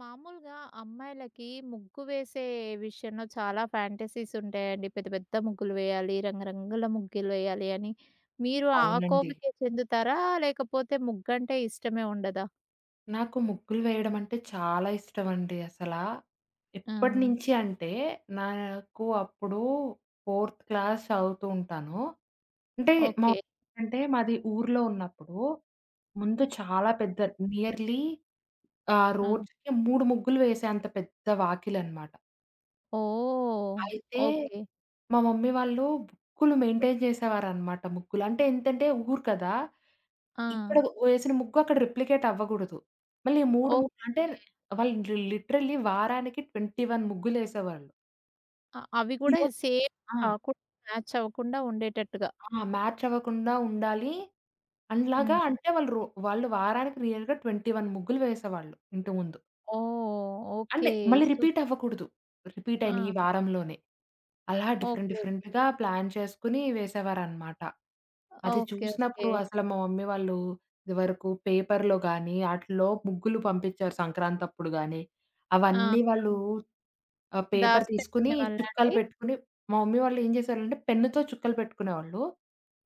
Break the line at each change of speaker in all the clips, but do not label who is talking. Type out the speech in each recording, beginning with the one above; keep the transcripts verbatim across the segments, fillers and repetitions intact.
మామూలుగా అమ్మాయిలకి ముగ్గు వేసే విషయంలో చాలా ఫ్యాంటసీస్ ఉంటాయండి. పెద్ద పెద్ద ముగ్గులు వేయాలి, రంగురంగుల ముగ్గులు వేయాలి అని. మీరు ఆ
అవునండి.
కోవకే చెందుతారా? లేకపోతే ముగ్గంటే ఇష్టమే ఉండదా?
నాకు ముగ్గులు వేయడం అంటే చాలా ఇష్టమండి అసలా.
ఆ!
ఎప్పటినుంచి అంటే, నాకు అప్పుడు ఫోర్త్ క్లాస్ చదువుతూ ఉంటాను. అంటే మా
ఓకే.
అంటే మాది ఊర్లో ఉన్నప్పుడు, ముందు చాలా పెద్ద నియర్లీ ఆహ్,
ఆ!
రోజుకి మూడు ముగ్గులు వేసేంత పెద్ద వాకిలనమాట.
ఓహ్!
అయితే
ఓకే.
మా మమ్మీ వాళ్ళు బుక్కులు మెయింటైన్ చేసేవారనమాట ముగ్గులు. అంటే ఏంతంటే ఊరు కదా!
ఆ!
ఇక్కడ వేసిన ముగ్గు అక్కడ రెప్లికేట్ అవ్వగూడదు. మళ్ళీ మూడు
ఓకే.
ముగ్గులు అంటే వాళ్ళు లి లిటరల్లీ వారానికి ఇరవై ఒక్క ముగ్గులేసేవాళ్ళు.
అ అవి కూడా
ఈరోజు.
సేమ్
ఆ!
కాకుండా మ్యాచ్ అవ్వకుండా ఉండేటట్టుగా.
ఆ! మ్యాచ్ అవ్వకుండా ఉండాలి. అండ్లాగా
హ్మ్.
అంటే వాళ్ళు రో వాళ్ళు వారానికి రియల్‌గా ఇరవై ఒక్క ముగ్గులు వేసేవాళ్ళు ఇంటి ముందు.
ఓహ్!
అంటే
ఓకే.
మళ్ళీ
సూప్
రిపీట్ అవ్వకూడదు. రిపీట్
ఆ!
అయిన ఈ వారంలోనే. అలా డిఫరెంట్
ఓకే. ఓకే.
డిఫరెంట్‌గా ప్లాన్ చేసుకొని వేసేవారనమాట. అది
ఓకే. ఓకే.
చూసినప్పుడు అసలు మా మమ్మీ వాళ్ళు ఇదివరకు పేపర్‌లో గాని, ఆటిల్లో ముగ్గులు పంపించారు సంక్రాంతప్పుడు గాని,
ఆ! ఆ!
అవన్నీ వాళ్ళు ఆ! పేపర్ తీసుకొని
దాసిపెట్టుకునేవాళ్ళా
చుక్కలు
అండి?
పెట్టుకొని మా మమ్మీ వాళ్ళు ఏం చేసేవాళ్ళంటే పెన్నుతో చుక్కలు పెట్టుకునేవాళ్ళు.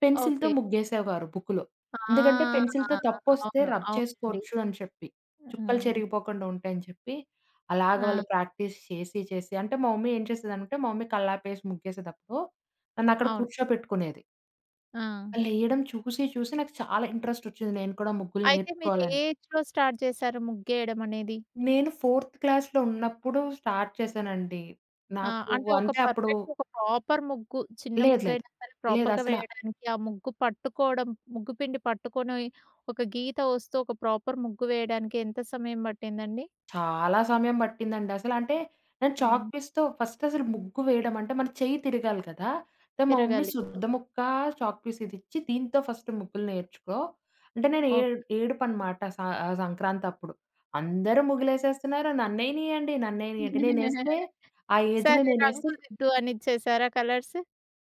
పెన్సిల్‌తో
ఓకే.
ముగ్గేసేవారు బుక్‌లో. ఎందుకంటే
ఆ!
పెన్సిల్‌తో తప్పొస్తే
అవును.
రబ్
అవునండి.
చేసుకోవచ్చు అని చెప్పి. చుక్కలు
హ్మ్.
చెరిగిపోకుండా ఉంటాయని చెప్పి. అలాగ వాళ్ళు
ఆ!
ప్రాక్టీస్ చేసి చేసి అంటే మా మమ్మీ ఏం చేసేదంటే మా మమ్మీ కల్లాపేసి ముగ్గేసేటప్పుడు నన్నక్కడ
అవును.
కూర్చోపెట్టుకునేది.
ఆ!
వాళ్ళేయడం చూసి చూసి నాకు చాలా ఇంట్రెస్ట్ వచ్చింది నేను కూడా ముగ్గులు
అయితే మీరు ఏ
నేర్చుకోవాలని.
ఏజ్‌లో స్టార్ట్ చేశారు ముగ్గేయడం అనేది?
నేను ఫోర్త్ క్లాస్‌లో ఉన్నప్పుడు స్టార్ట్ చేశానండి.
ఆహ్,
నాకు
అంటే ఒక
అంటే అప్పుడు
పర్ఫెక్ట్ ఒక ప్రాపర్ ముగ్గు చిన్న
లేదు. లేదు.
ముగ్గయినా సరే ప్రాపర్‌గా
లేదసల.
వేయడానికి ఆ ముగ్గు పట్టుకోవడం, ముగ్గు పిండి పట్టుకొని ఒక గీత వస్తూ ఒక ప్రాపర్ ముగ్గు వేయడానికి ఎంత సమయం పట్టిందండి?
చాలా సమయం పట్టిందండి అసల. అంటే నేను చాక్
హ్మ్.
పీస్‌తో ఫస్ట్ అసలు ముగ్గు వేయడం అంటే మన చెయ్యి తిరగాలి కదా! అయితే మా మమ్మీ,
తిరగాలి.
"సుద్ద ముక్క చాక్ పీస్ ఇదిచ్చి దీంతో ఫస్ట్ ముగ్గులు నేర్చుకో" అంటే నేను ఏ
ఓకే.
ఏడుపనమాట స ఆహ్, సంక్రాంతప్పుడు. అందరూ ముగ్గులేసేస్తున్నారు. నన్నేయనీయండి. నన్నేయనీయండి. నేనేస్తే ఆ ఏజ్‌లో
సరే
నేనేస్తే
రంగు దిద్దు అనిచ్చేసారా కలర్స్?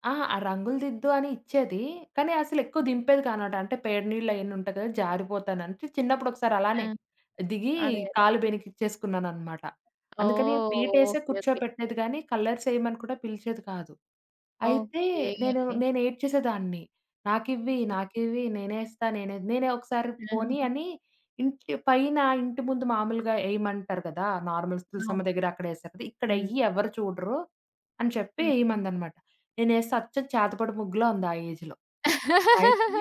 అహా! ఆ రంగులు దిద్దు అని ఇచ్చేది. కానీ అసలెక్కువ దింపేది కాదనమాట. అంటే పేడి నీళ్ళు అయన్నీ ఉంటాయి కదా! జారిపోతానంటే చిన్నప్పుడొకసారి అలానే
ఆ!
దిగి
అదే. అదే.
కాలు బెనికిచ్చేసుకున్నాననమాట. అందుకని
ఓహ్!
పీటేసే
ఓకే.
కూర్చోపెట్టేది గానీ, కలర్స్ ఏయమని కూడా పిలిచేది కాదు. అయితే
ఓకే.
నేను
ఓకే.
నేను ఏడ్చేసేదాన్ని. నాకివ్వి,
ఆ!
నాకివ్వి, నేనేస్తా, నేనే నేనే ఒకసారి పోనీ అని ఇంటి పైన ఇంటి ముందు మామూలుగా ఎయమంటారు కదా! నార్మల్ తులసమ్మ
అవును.
దగ్గర అక్కడేస్తారు కదా!
హ్మ్.
ఇక్కడెయ్యి ఎవ్వరు చూడరు అని చెప్పి
హ్మ్.
ఎయమందనమాట. నేనేస్తే అచ్చం చేతబడి ముగ్గులా ఉంది ఆ ఏజ్‌లో. అయితే,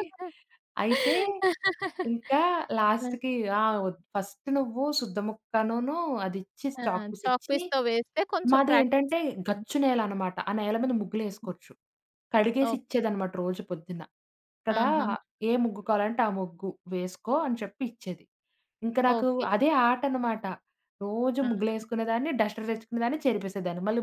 అయితే ఇంకా
ఆ!
లాస్ట్‌కి ఆ! ఒద్ ఫస్ట్ నువ్వు సుద్ద ముక్కనూను అదిచ్చి
ఆ! చాక్
చాక్‌పీసిచ్చి
పీస్‌తో వేస్తే కొంచెం ప్రాక్టీస్
మాదేంటంటే
అయితది.
గచ్చు నేలనమాట. ఆ నేల మీద ముగ్గులేసుకోవచ్చు. కడిగేసి
ఓకే.
ఇచ్చేదనమాట రోజు పొద్దున్న. ఇక్కడ
ఆహా!
ఏ ముగ్గు కావాలంటే ఆ ముగ్గు వేసుకో అని చెప్పి ఇచ్చేది. ఇంక నాకు
ఓకే.
అదే ఆటనమాట. రోజు
ఆ!
ముగ్గులేసుకునేదాన్ని, డస్టర్ తెచ్చుకునేదాన్ని, చెరిపేసేదాన్ని. మళ్ళీ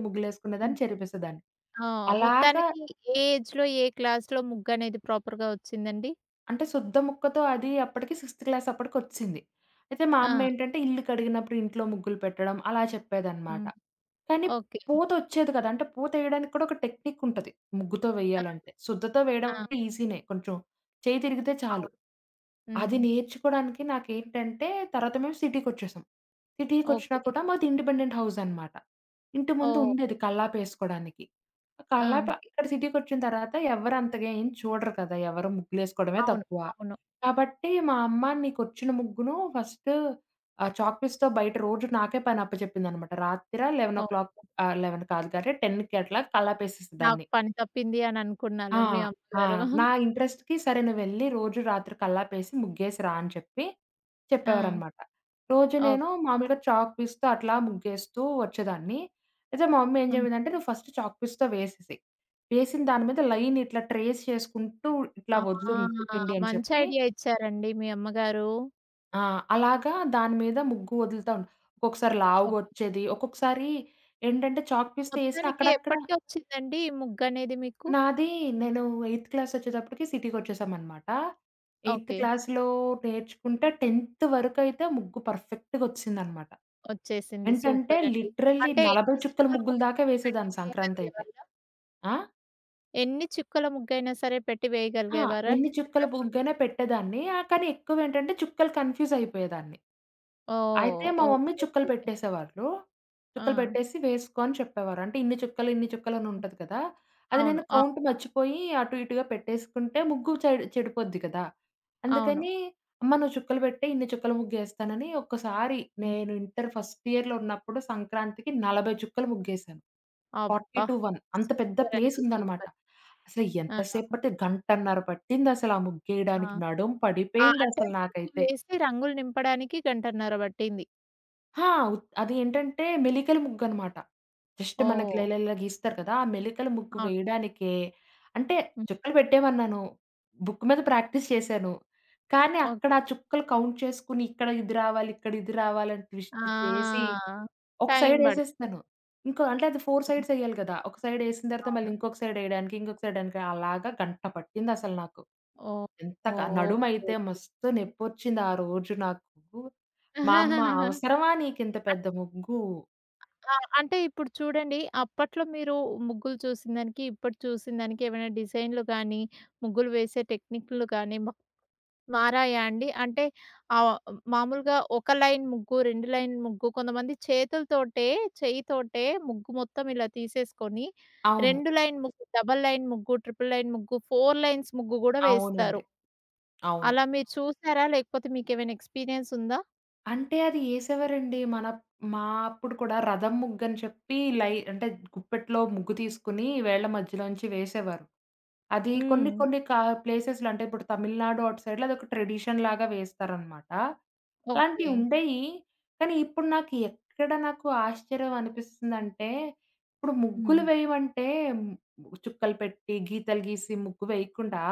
హ్మ్.
ముగ్గులేసుకునేదాన్ని, చెరిపేసేదాన్ని.
ఆ!
అలాగా
మొత్తానికి ఏ ఏజ్‌లో, ఏ క్లాస్‌లో ముగ్గనేది ప్రాపర్‌గా వచ్చిందండి?
అంటే సుద్ద ముక్కతో అది అప్పటికి సిక్స్త్ క్లాస్ అప్పటికొచ్చింది. అయితే మా
ఆ!
అమ్మేంటంటే ఇల్లు కడిగినప్పుడు ఇంట్లో ముగ్గులు పెట్టడం అలా చెప్పేదనమాట.
హ్మ్.
కానీ
ఓకే.
పూతొచ్చేది కదా! అంటే పూతేయడానికి కూడా ఒక టెక్నిక్ ఉంటది. ముగ్గుతో
ఆ!
వేయాలంటే. సుద్దతో వేయడం
ఆ!
ఈజీనే కొంచెం చేయి తిరిగితే చాలు.
అవును. హ్మ్.
అది నేర్చుకోవడానికి నాకేంటంటే తర్వాత మేము సిటీకొచ్చేసాం. సిటీకొచ్చినా
ఓకే.
కూడా మాది ఇండిపెండెంట్ హౌస్ అనమాట. ఇంటి ముందు
ఓహ్!
ఉండేది కల్లాపేసుకోవడానికి.
ఆ!
కల్లాప ఇక్కడ సిటీకొచ్చిన తర్వాత ఎవరు అంతగా ఏం చూడరు కదా! ఎవరు ముగ్గులేసుకోవడమే
అవును.
తక్కువ.
అవును.
కాబట్టి మా అమ్మ నీకొచ్చిన ముగ్గును ఫస్ట్ ఆహ్, చాక్ పీస్‌తో బయట రోజు నాకే పని అప్పచెప్పిందనమాట. రాత్ర పదకొండు
ఓహ్!
ఆహ్, పదకొండు కాదు గానీ పదికి అట్లా కల్లాపేసేసి
నాకు
దాన్ని.
పని తప్పింది అని
ఆ!
అనుకున్నాలే మీ
ఆ!
అమ్మగారు.
నా ఇంట్రెస్ట్‌కి సరే నువ్వెళ్లి రోజు రాత్రి కల్లాపేసి ముగ్గేసి రా అని చెప్పి
ఆ!
చెప్పేవారనమాట. రోజు
ఓకే.
నేను మామూలుగా చాక్ పీస్‌తో అట్లా ముగ్గేస్తూ వచ్చేదాన్ని. అయితే మా మమ్మీ ఏం
హ్మ్.
జేసేదంటే, "నువ్వు ఫస్ట్ చాక్ పీస్‌తో వేసేసేయి. వేసిన దాని మీద లైన్ ఇట్లా ట్రేస్ చేసుకుంటూ ఇట్లా
ఆ!
వదులు ముగ్గు పిండి" అని
మంచి
చెప్పి
ఐడియా ఇచ్చారండి మీ అమ్మగారు.
ఆ! అలాగా దాని మీద ముగ్గు వదులుతా ఉండ ఒక్కొక్కసారి
ఓకే.
లావుగొచ్చేది. ఒక్కొక్కసారి ఏంటంటే చాక్ పీస్‌తో ఏసిన
మొత్తానికి
అక్కడక్కడ
ఎప్పటికి వచ్చిందండి ఈ ముగ్గనేది మీకు?
నాది నేను ఎయిత్ క్లాసొచ్చేటప్పటికి సిటీకొచ్చేసామనమాట. Eighth
okay.
క్లాస్‌లో నేర్చుకుంటే టెన్త్ వరకైతే ముగ్గు పర్ఫెక్ట్‌గొచ్చేసిందనమాట.
వచ్చేసింది.
ఏంటంటే
సూపరండి.
లిటరల్లీ
అంటే
నలభై
ఎన్ని
చుక్కల
చుక్కల
ముగ్గుల దాకా
ముగ్గైనా పెట్టి
వేసేదాన్ని సంక్రాంతయితే.
వేయగలిగేవారా?
ఆ!
ఎన్ని చుక్కల ముగ్గైనా సరే పెట్టి
ఆ!
వేయగలిగేవారా
ఎన్ని
టెన్త్
చుక్కల
క్లాస్‌లో?
ముగ్గైనా పెట్టేదాన్ని. ఆహ్, కానీ ఎక్కువేంటంటే చుక్కలు కన్‌ఫ్యూజయిపోయేదాన్ని.
ఓహ్!
అయితే మా మమ్మీ
ఓకే.
చుక్కలు
ఓకే. ఓకే.
పెట్టేసేవాళ్ళు. చుక్కలు
ఆ!
పెట్టేసి వేసుకో అని చెప్పేవారు. అంటే ఇన్ని చుక్కలు, ఇన్ని చుక్కలని ఉంటది కదా! అది నేను
అవును. ఆ!
కౌంట్ మర్చిపోయి అటు ఇటుగా పెట్టేసుకుంటే ముగ్గు చెడి చెడిపోద్ది కదా!
అవును.
అందుకని అమ్మ నువ్వు చుక్కలు పెట్టే ఇన్ని చుక్కల ముగ్గేస్తానని ఒక్కసారి
హ్మ్.
నేను ఇంటర్ ఫస్ట్ ఇయర్‌లో ఉన్నప్పుడు సంక్రాంతికి నలభై చుక్కలు ముగ్గేశాను.
అబ్బా!
నలభై ఒకటి అంత పెద్ద ప్లేస్
సూపరండి.
ఉందన్నమాట.
సూపర్.
అసలు ఎంత
ఆ!
సేపు పట్టింది గంటన్నర పట్టిందసల ఆ
ఆ!
ముగ్గేయడానికి. నడుం
ఆ! అంటే
పడిపోయిందసలు
ముగ్గు
నాకైతే.
వేసి రంగులు నింపడానికి గంటన్నర పట్టింది.
ఆ! ఉత్ అది ఏంటంటే మెలికల ముగ్గనమాట. జస్ట్ మనకి
ఓహ్!
ఇలా ఇలా ఇలా గీస్తారు కదా! ఆ మెలికల ముగ్గు
అవును.
వేయడానికే అంటే
హ్మ్.
చుక్కలు పెట్టేమన్నాను. బుక్ మీద ప్రాక్టీస్ చేశాను. కానీ
ఓకే.
అక్కడ ఆ చుక్కలు కౌంట్ చేసుకొని ఇక్కడ ఇది రావాలి, ఇక్కడ ఇది రావాలని ట్విస్ట్ చేసి
ఆ!
ఒక సైడ్
టైం
ఎసేస్తాను. ఇంకో అంటే అది నాలుగు
పడుతుంది.
సైడ్స్ ఎయ్యాలి కదా! ఒక సైడ్ ఎసిన తర్వాత మళ్ళీ
అవును.
ఇంకొక సైడ్ ఎయడానికి, ఇంకొక సైడ్ ఎయడానికి అలాగా గంట పట్టిందసలు నాకు.
ఓహ్!
ఎంత క
ఓహ్! ఓకే.
నడుమయితే
ఓకే.
మస్తు నొప్పొచ్చింది ఆ రోజు నాకు. మా అమ్మ, "అవసరమా నీకింత
అన్
పెద్ద ముగ్గు?"
ఆ! అంటే ఇప్పుడు చూడండి అప్పట్లో మీరు ముగ్గులు చూసిన దానికి, ఇప్పుడు చూసిన దానికి ఏమైనా డిజైన్‌లు గానీ, ముగ్గులు వేసే టెక్నిక్‌లు గానీ మారాయా అండి? అంటే ఆహ్, మామూలుగా ఒక లైన్ ముగ్గు, రెండు లైన్ ముగ్గు కొంతమంది చేతులతోటే, చెయ్యితోటే ముగ్గు మొత్తం ఇలా తీసేసుకొని
అవును.
రెండు లైన్ ముగ్గు, డబుల్ లైన్ ముగ్గు, ట్రిపుల్ లైన్ ముగ్గు, నాలుగు లైన్స్ ముగ్గు గూడా
అవునండి.
వేస్తారు.
అవును.
అలా మీరు చూసారా? లేకపోతే మీకేమైనా ఎక్స్‌పీరియన్స్ ఉందా?
అంటే అది ఏసేవారండి. మన మా అప్పుడు కూడా రథం ముగ్గని చెప్పి లై అంటే గుప్పెట్లో ముగ్గు తీసుకొని వేళ్ళ మధ్యలోంచి వేసేవారు. అది కొన్ని
హ్మ్.
కొన్ని కా ప్లేసెస్‌లో అంటే ఇప్పుడు తమిళనాడు అటు సైడ్‌లో అదొక ట్రెడిషన్‌లాగా వేస్తారనమాట.
ఓకే.
అలాంటివి ఉండేయి. కానీ ఇప్పుడు నాకు ఎక్కడ నాకు ఆశ్చర్యం అనిపిస్తుందంటే, ఇప్పుడు
హ్మ్.
ముగ్గులు వేయమంటే ము- చుక్కలు పెట్టి, గీతలు గీసి ముగ్గు వేయకుండా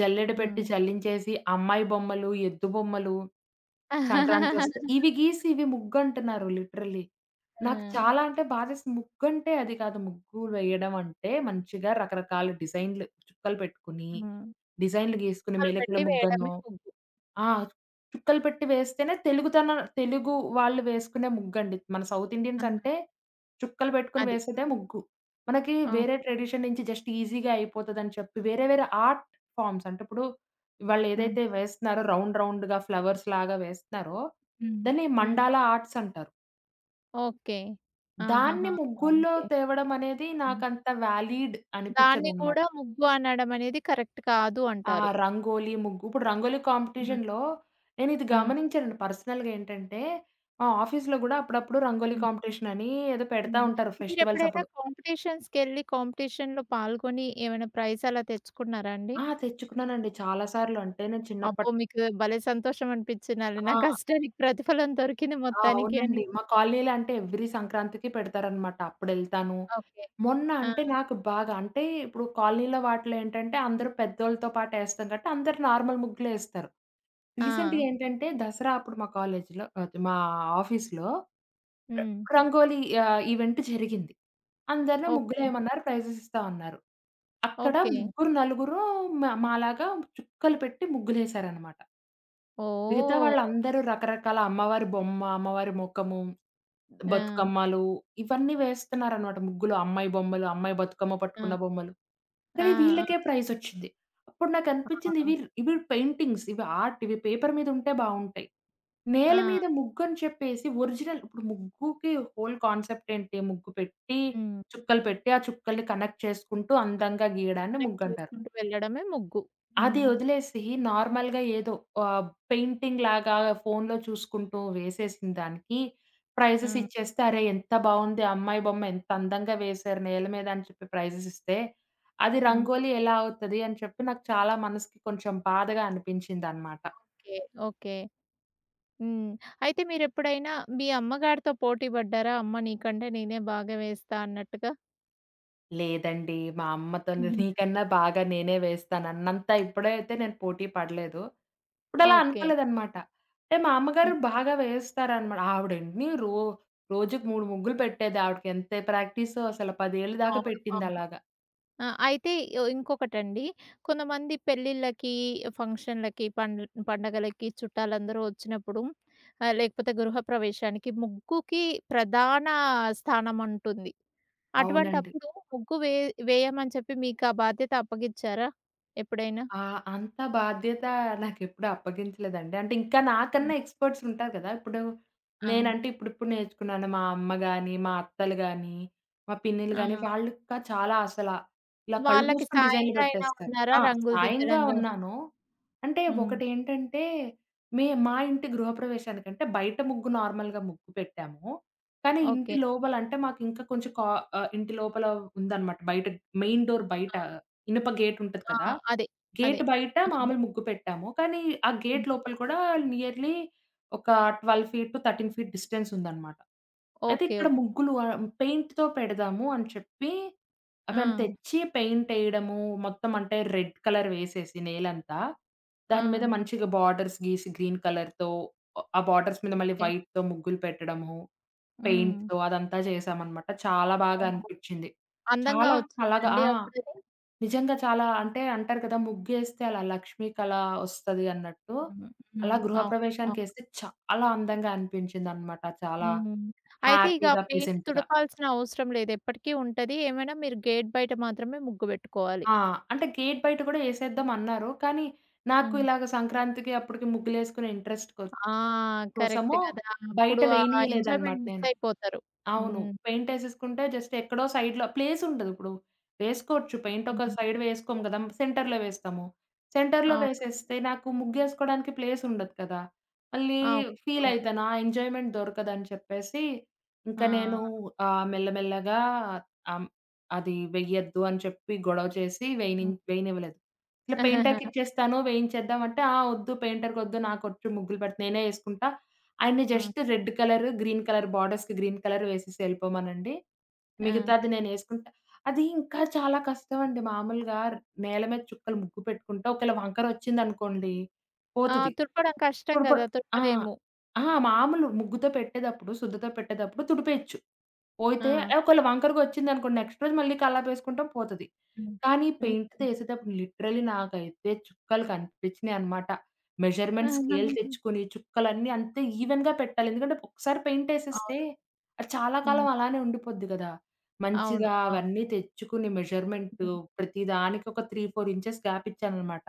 జల్లెడ పెట్టి
హ్మ్.
జల్లించేసి అమ్మాయి బొమ్మలు, ఎద్దు బొమ్మలు సంక్రాంతొస్తే. ఇవి గీసి ఇవి ముగ్గంటున్నారు లిటరల్లీ. నాకు
హ్మ్.
చాలా అంటే బాధేసింది. ముగ్గంటే అది కాదు. ముగ్గు వేయడం అంటే మంచిగా రకరకాల డిజైన్‌లు చుక్కలు పెట్టుకొని,
హ్మ్.
డిజైన్‌లు గీసుకొని,
వాళ్ళు
మెలికల
పెట్టి వేయడమే
ముగ్గనో
ముగ్గు.
ఆ! చుక్కలు పెట్టి వేస్తేనే తెలుగుతన తెలుగు వాళ్ళు వేసుకునే ముగ్గండి. మన సౌత్
ఆ!
ఇండియన్స్ అంటే చుక్కలు పెట్టుకొని
అది.
వేసేదే ముగ్గు. మనకి వేరే
అవును.
ట్రెడిషన్ నుంచి జస్ట్ ఈజీగా అయిపోతదని చెప్పి వేరే వేరే ఆర్ట్ ఫార్మ్స్ అంటే ఇప్పుడు
హ్మ్.
వాళ్ళేదైతే వేస్తున్నారో రౌండ్ రౌండ్‌గా ఫ్లవర్స్ లాగా వేస్తున్నారో
హ్మ్.
దాన్ని
హ్మ్.
మండాలా ఆర్ట్స్ అంటారు.
ఓకే.
దాన్ని
ఆహాహా!
ముగ్గుల్లో
ఓకే.
తేవడం అనేది
హ్మ్.
నాకంత వాలిడ్
దాన్ని
అనిపించదనమాట.
కూడా ముగ్గు అనడం అనేది కరెక్ట్ కాదు
ఆ!
అంటారు.
రంగోలి, ముగ్గు. ఇప్పుడు రంగోలి
హ్మ్.
కాంపిటీషన్‌లో నేనిది
ఆ!
గమనించానండి పర్సనల్‌గా ఏంటంటే, మా ఆఫీస్‌లో గూడా అప్పుడప్పుడు రంగోలి
హ్మ్.
కాంపిటీషన్ అని ఏదో పెడతా
హ్మ్.
ఉంటారు ఫెస్టివల్స్
మీరెప్పుడైనా
అప్పుడు.
కాంపిటీషన్స్‌కెళ్ళి కాంపిటీషన్‌లో పాల్గొని ఏమైనా ప్రైజ్ అలా తెచ్చుకున్నారా అండి?
ఆ! తెచ్చుకున్నానండి చాలా సార్లు. అంటే నేను
అబ్బో!
చిన్నప్పటి
మీకు భలే సంతోషం అనిపించినాలి. నా
ఆ!
కష్టానికి ప్రతిఫలం దొరికింది
ఆ!
మొత్తానికి అని.
అవునండి. మా కాలనీలో అంటే ఎవ్రీ సంక్రాంతికి పెడతారనమాట. అప్పుడెళ్తాను.
ఓకే.
మొన్న
ఆ!
అంటే నాకు బాగా అంటే ఇప్పుడు కాలనీలో వాటిలో ఏంటంటే అందరూ పెద్దోళ్ళతో పాటేస్తాం కాబట్టి అందరూ నార్మల్ ముగ్గులేస్తారు.
ఆ!
రీసెంట్‌గా ఏంటంటే దసరా అప్పుడు మా కాలేజీలో అది మా ఆఫీస్‌లో ర-
హ్మ్.
రంగోలీ ఆహ్, ఈవెంట్ జరిగింది. అందరిని
ఓకే.
ముగ్గులేయమన్నారు. ప్రైజెస్ ఇస్తా అన్నారు. అక్కడ
ఓకే.
ముగ్గురు, నలుగురు మా మాలాగా చుక్కలు పెట్టి ముగ్గులేశారనమాట. మిగతా
ఓహ్!
వాళ్ళందరూ రకరకాల అమ్మవారి బొమ్మ, అమ్మవారి ముఖము
ఆ!
బతుకమ్మలు ఇవన్నీ వేస్తున్నారనమాట ముగ్గులు. అమ్మాయి బొమ్మలు, అమ్మాయి బతుకమ్మ
ఆ!
పట్టుకున్న బొమ్మలు. కానీ
ఆ!
వీళ్ళకే ప్రైజొచ్చింది. అప్పుడు
ఆ!
నాకనిపించింది ఇవి ఇవి పెయింటింగ్స్, ఇవి ఆర్ట్, ఇవి పేపర్ మీద ఉంటే బావుంటాయి. నేల
ఆ!
మీద ముగ్గని చెప్పేసి ఒరిజినల్ ఇప్పుడు ముగ్గుకి హోల్ కాన్సెప్ట్ ఏంటి? ముగ్గు పెట్టి,
హ్మ్.
చుక్కలు పెట్టి, ఆ చుక్కల్ని కనెక్ట్ చేసుకుంటూ అందంగా గీయడాన్ని
కనెక్ట్
ముగ్గంటారు.
చేసుకుంటూ వెళ్ళడమే ముగ్గు.
అది
హ్మ్.
వదిలేసి నార్మల్‌గా ఏదో ఆహ్, పెయింటింగ్ లాగా ఫోన్‌లో చూసుకుంటూ వేసేసిన దానికి ప్రైజెస్
హ్మ్.
ఇచ్చేస్తే, "అరే! ఎంత బావుంది ఆ అమ్మాయి బొమ్మ, ఎంత అందంగా వేశారు నేల మీద" అని చెప్పి ప్రైజెస్ ఇస్తే, అది
హ్మ్.
రంగోలి ఎలా అవుతది అని చెప్పి నాకు చాలా మనసుకి కొంచెం బాధగా అనిపించిందనమాట.
ఓకే. ఓకే. హ్మ్. అయితే మీరెప్పుడైనా మీ అమ్మగారితో పోటీ పడ్డారా? అమ్మ నీకంటే నేనే బాగా వేస్తా అన్నట్టుగా?
లేదండి. మా అమ్మతోని నీకన్నా బాగా నేనే వేస్తాను అన్నంత ఇప్పుడైతే నేను పోటీ పడలేదు. ఇప్పుడలా
ఓకే.
అనుకోలేదనమాట. అంటే మా అమ్మగారు
హ్మ్.
బాగా వేస్తారనమాట. ఆవిడెన్ని రో రోజుకి మూడు ముగ్గులు పెట్టేది. ఆవిడకి ఎంత ప్రాక్టీసో అసలు పది ఏళ్ళ దాకా
అవును. అవును.
పెట్టిందలాగా.
ఆ! అయితే యొ ఇంకొకటండి. కొంతమంది పెళ్ళిళ్ళకి, ఫంక్షన్‌లకి, పండ్ల్ పండగలకి చుట్టాలందరూ వచ్చినప్పుడు ఆహ్, లేకపోతే గృహప్రవేశానికి ముగ్గుకి ప్రధాన స్థానం ఉంటుంది.
అవునండి.
అటువంటప్పుడు ముగ్గు వే వేయమని చెప్పి మీకు ఆ బాధ్యత అప్పగిచ్చారా ఎప్పుడైనా?
ఆ! అంత బాధ్యత నాకెప్పుడు అప్పగించలేదండి. అంటే ఇంకా నాకన్నా
హ్మ్.
ఎక్స్‌పర్ట్స్ ఉంటారు కదా! ఇప్పుడు
ఆ!
నేనంటే ఇప్పుడిప్పుడు నేర్చుకున్నాను. మా అమ్మ గాని, మా అత్తలు గాని, మా పిన్నిలు
ఆ!
గాని వాళ్ళు ఇంకా చాలా అసల ఇలా కళ్ళు
వాళ్ళకి
మూసుకొని డిజైన్‌లు
సాయంగా అయినా
పెట్టేస్తారు.
ఉన్నారా
ఆ!
రంగులు
సాయంగా
దిద్దడం గాని?
ఉన్నాను. అంటే
హ్మ్.
ఒకటేంటంటే మే మా ఇంటి గృహప్రవేశానికంటే బయట ముగ్గు నార్మల్‌గా ముగ్గు పెట్టాము. కానీ ఇంటి
ఓకే.
లోపల అంటే మాకు ఇంకా కొంచెం కా ఆహ్, ఇంటి లోపల ఉందన్నమాట. బయట మెయిన్ డోర్ బయట
ఆ!
ఇనుప గేట్ ఉంటది
ఆ!
కదా!
అదే. అదే.
గేట్ బయట
ఆ!
మామూలు ముగ్గు పెట్టాము. కానీ, ఆ గేట్
హ్మ్.
లోపల కూడా నియర్‌లీ ఒక పన్నెండు ఫీట్ టు పదమూడు ఫీట్ డిస్టెన్స్ ఉందనమాట. అయితే
ఓకే.
ఇక్కడ
ఓకే.
ముగ్గులు ఆహ్, పెయింట్‌తో పెడదాము అని చెప్పి ఆహ్,
ఆ!
మేము తెచ్చి పెయింట్ ఎయడము, మొత్తం అంటే రెడ్ కలర్ వేసేసి నేలంతా,
ఆ!
దాని మీద మంచిగా బార్డర్స్ గీసి గ్రీన్ కలర్‌తో ఆహ్, ఆ బార్డర్స్ మీద మళ్ళీ
ఓకే.
వైట్‌తో ముగ్గులు పెట్టడము,
హ్మ్.
పెయింట్‌తో అదంతా చేశామనమాట. చాలా బాగా
ఓహ్!
అనిపిచ్చింది.
అందంగా
చాలా కళగా
వచ్చిందండి
ఆ!
అప్పుడది?
నిజంగా చాలా అంటే అంటారు కదా! ముగ్గేస్తే అలా లక్ష్మి కళ ఒస్తది అన్నట్టు.
అవును.
అలా
హ్మ్. అవును. అవును.
గృహప్రవేశానికేస్తే చాలా అందంగా అనిపించిందనమాట. చాలా
హ్మ్. అయితే ఇక
హ్యాపీగా,
పెయింట్
ప్లెజెంట్‌గా.
తుడపాల్సిన అవసరం లేదు. ఎప్పటికీ ఉంటది. ఏమైనా మీరు గేట్ బయట మాత్రమే ముగ్గు పెట్టుకోవాలి.
ఆ! అంటే గేట్ బయట కూడా ఏసేద్దాం అన్నారు. కానీ నాకు
హ్మ్.
ఇలాగ సంక్రాంతికి అప్పటికి ముగ్గులేసుకునే ఇంట్రెస్ట్ కొ
ఆ! కరెక్ట్
కోసము
కదా!
బయట
అప్పుడు ఆ
వేయనీయలేదనమాట
ఎంజాయ్‌మెంట్
నేను.
మిస్ అయిపోతారు.
అవును.
హ్మ్.
పెయింటేసేసుకుంటే జస్ట్ ఎక్కడో సైడ్‌లో ప్లేసుండదిప్పుడు. వేసుకోవచ్చు పెయింట్ ఒక
హ్మ్.
సైడ్ వేసుకోము గదా! సెంటర్‌లో వేస్తాము. సెంటర్‌లో
అవును.
వేసేస్తే నాకు ముగ్గేసుకోడానికి ప్లేసుండదు కదా! మళ్ళీ
అవును. అవును.
ఫీలయితాను. ఆ ఎంజాయ్‌మెంట్ దొరకదని చెప్పేసి, ఇంక నేను
ఆ!
ఆహ్, మెల్లమెల్లగా ఆహ్, అది వెయ్యొద్దు అని చెప్పి గొడవ చేసి వేయని
హ్మ్.
వేయనివ్వలేదు. ఇట్లా పెయింటర్‌కిచ్చేస్తాను వేయించేద్దాం అంటే, "ఆ! వద్దు పెయింటర్‌కొద్దు నాకొచ్చు ముగ్గులు పెడితే నేనే యేసుకుంటా. ఆయన్ని
హ్మ్.
Just red colour, green colour బార్డర్స్‌కి గ్రీన్ కలర్ వేసేసి ఎళ్ళిపోమనండి.
ఆ!
మిగతాది నేనేసుకుంటా." అది ఇంకా చాలా కష్టమండి. మామూలుగా నేల మీద చుక్కలు ముగ్గు పెట్టుకుంటే ఒకేళ వంకరొచ్చిందనుకోండి
ఆ!
పోతది.
తుడపడం కష్టం
తుడప
గదా!
ఆ!
తుడపలేము.
ఆ! మామూలు ముగ్గుతో పెట్టేటప్పుడు, సుద్దతో పెట్టేటప్పుడు తుడిపేయొచ్చు. పోయితే
ఆ!
ఒకవేళ వంకరగా వచ్చిందనుకోండి నెక్స్ట్ రోజు మళ్ళీ కల్లాపేసుకుంటాం పోతది.
హ్మ్.
కానీ
హ్మ్.
పెయింట్‌తో ఏసేటప్పుడు లిటరల్లీ నాకైతే చుక్కలు కనిపించినాయన్నమాట. మెజర్‌మెంట్ స్కేల్ తెచ్చుకొని చుక్కలన్నీ అంతే ఈవెన్‌గా పెట్టాలి. ఎందుకంటే ఒకసారి పెయింట్ ఏసేస్తే
అవును.
అది చాలా కాలం
హ్మ్.
అలానే ఉండిపోద్ది గదా!
అవును.
మంచిగా
అవును.
అవన్నీ తెచ్చుకుని మెజర్‌మెంటు
హ్మ్.
ప్రతి దానికి ఒక మూడు, నాలుగు ఇంచెస్ గ్యాప్ ఇచ్చానన్నమాట.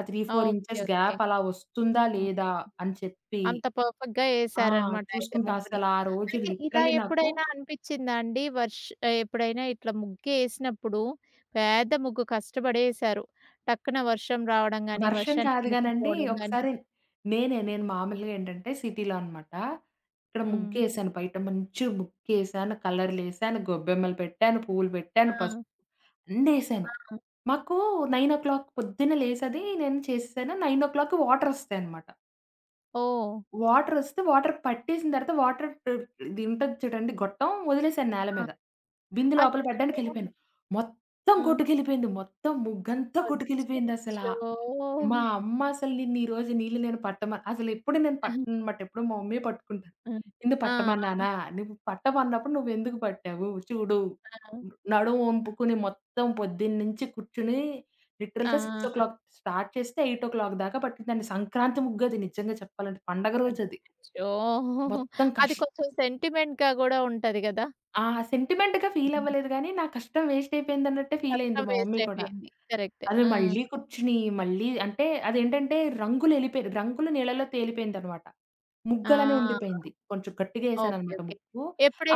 ఆ మూడు, నాలుగు
ఓకే.
Inches
okay.
గ్యాప్ అలా వస్తుందా
హ్మ్.
లేదా అని చెప్పి
అంత పర్ఫెక్ట్‌గా
ఆ!
ఏసారనమాట అయితే
చూసుకుంటా
ముగ్గుని.
అసలు ఆ రోజు
అయితే ఇలా
లిటరల్లీ నాకు
ఎప్పుడైనా అనిపిచ్చిందా అండి? వర్ష్ ఎప్పుడైనా ఇట్లా ముగ్గేసినప్పుడు పేద్ద ముగ్గు కష్టపడేశారు. టక్కున వర్షం రావడం గానీ,
వర్షం
వర్షానికి
కాదు గానండి.
ముక్కుపోవడం గానీ
ఒకసారి నేనే నేను మామూలుగా ఏంటంటే సిటీలో అన్నమాట. ఇక్కడ
హ్మ్.
ముగ్గేసాను. బయట మంచిగా ముగ్గేసాను. కలర్‌లేసాను. గొబ్బెమ్మలు పెట్టాను. పువ్వులు పెట్టాను.
ఆ!
పసుపు అన్నేసాను.
ఆ!
మాకు తొమ్మిది పొద్దున్న లేసది నేను చేసేసాను. తొమ్మిది వాటరొస్తాయన్నమాట.
ఓహ్!
వాటరొస్తే వాటర్ వస్తాయి అనమాట. వాటర్ వస్తే వాటర్ పట్టేసిన తర్వాత వాటర్ ఇది ఉంటది చూడండి గొట్టం వదిలేసాను నేల
ఆ!
మీద. బిందె లోపల
అచ్చా!
పడ్డానికెళ్ళిపోయాను. మొత్తం
ఆ!
కొట్టుకెళ్ళిపోయింది. మొత్తం ముగ్గంతా కొట్టుకెళ్ళిపోయిందసలా.
అచ్చచ్చో!
మా అమ్మ అసలు నిన్నిరోజు నీళ్ళు నేను పట్టమ అసలెప్పుడు నేను
ఆ!
పట్టననమాట. ఎప్పుడూ మా మమ్మీయే పట్టుకుంటారు. నిన్ను
ఆ!
పట్టమన్నానా? నువ్వు పట్టమన్నప్పుడు నువ్వెందుకు పట్టావు? చూడు
ఆ!
నడుము ఒంపుకుని మొత్తం పొద్దున్నుంచి కూర్చుని లిటరల్‌గా
ఆ!
ఆరు స్టార్ట్ చేస్తే ఎనిమిది దాకా పట్టిందండి. సంక్రాంతి ముగ్గది నిజంగా చెప్పాలంటే. పండగ రోజది.
అచ్చచ్చో!
మొత్తం
అది
కష్
కొంచెం సెంటిమెంట్‌గా గూడా ఉంటది గదా!
ఆ సెంటిమెంట్‌గా
హ్మ్.
ఫీలవ్వలేదు గానీ, నా కష్టం వేస్ట్ అయిపోయిందన్నట్టే ఫీలయింది
కష్టం
మా మమ్మీ
వేస్ట్
కూడా.
అయిపోయింది. కరెక్టే.
అవి
ఆ!
మళ్ళీ కూర్చుని, మళ్ళీ అంటే అదేంటంటే రంగులెళ్ళిపోయి రంగులు నీళ్ళలో తేలిపోయిందనమాట. ముగ్గలానే
ఆ!
ఉండిపోయింది. కొంచెం గట్టిగా
ఓకే.
ఏసాననమాట
ఓకే.
ముగ్గు.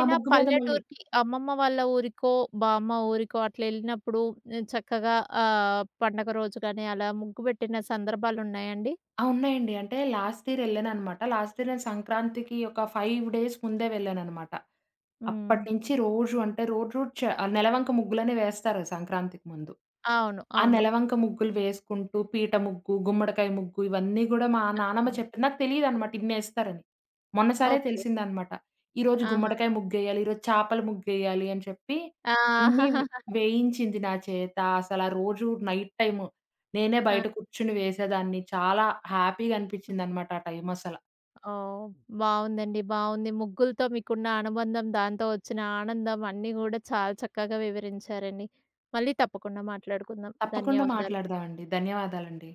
ఆ ముగ్గు మీద మళ్ళీ
పల్లెటూరికి అమ్మమ్మ వాళ్ళ ఊరికో, బామ్మ ఊరికో అట్లా ఎళ్ళినప్పుడు హ్మ్, చక్కగా ఆహ్, పండగ రోజు గాని అలా ముగ్గు పెట్టిన సందర్భాలున్నాయండి?
ఆ! ఉన్నాయండి. అంటే లాస్ట్ ఇయర్ ఎళ్ళాననమాట. లాస్ట్ ఇయర్ నేను సంక్రాంతికి ఒక ఐదు డేస్ ముందే వెళ్ళాననమాట.
హ్మ్.
అప్పటినుంచి రోజు అంటే రోజు చ ఆ నెలవంక ముగ్గులనే వేస్తారు సంక్రాంతికి ముందు.
అవును.
ఆ
అవును.
నెలవంక ముగ్గులు వేసుకుంటూ పీట ముగ్గు, గుమ్మడికాయ ముగ్గు ఇవన్నీ గూడా మా నానమ్మ
అవును.
చెప్పింది. నాకు తెలీదనమాట ఇన్నేస్తారని. మొన్నసారే
ఓకే.
తెలిసిందనమాట. ఈరోజు
ఆహా!
గుమ్మడికాయ ముగ్గేయాలి, ఈరోజు చేపల ముగ్గేయాలి అని చెప్పి
ఆ!
అన్నీ వేయించింది నా చేత. అసలా రోజు నైట్ టైము నేనే బయట కూర్చొని వేసేదాన్ని. చాలా హ్యాపీగా అనిపించిందనమాట ఆ టైమసల.
ఓహ్! బావుందండి. బావుంది. ముగ్గులతో మీకున్న అనుబంధం, దాంతో వచ్చిన ఆనందం అన్నీ గూడా చాలా చక్కగా వివరించారండి. మళ్ళీ తప్పకుండా మాట్లాడుకుందాం.
తప్పకుండా
ధన్యవాదాలు.
మాట్లాడదామండి. ధన్యవాదాలండి.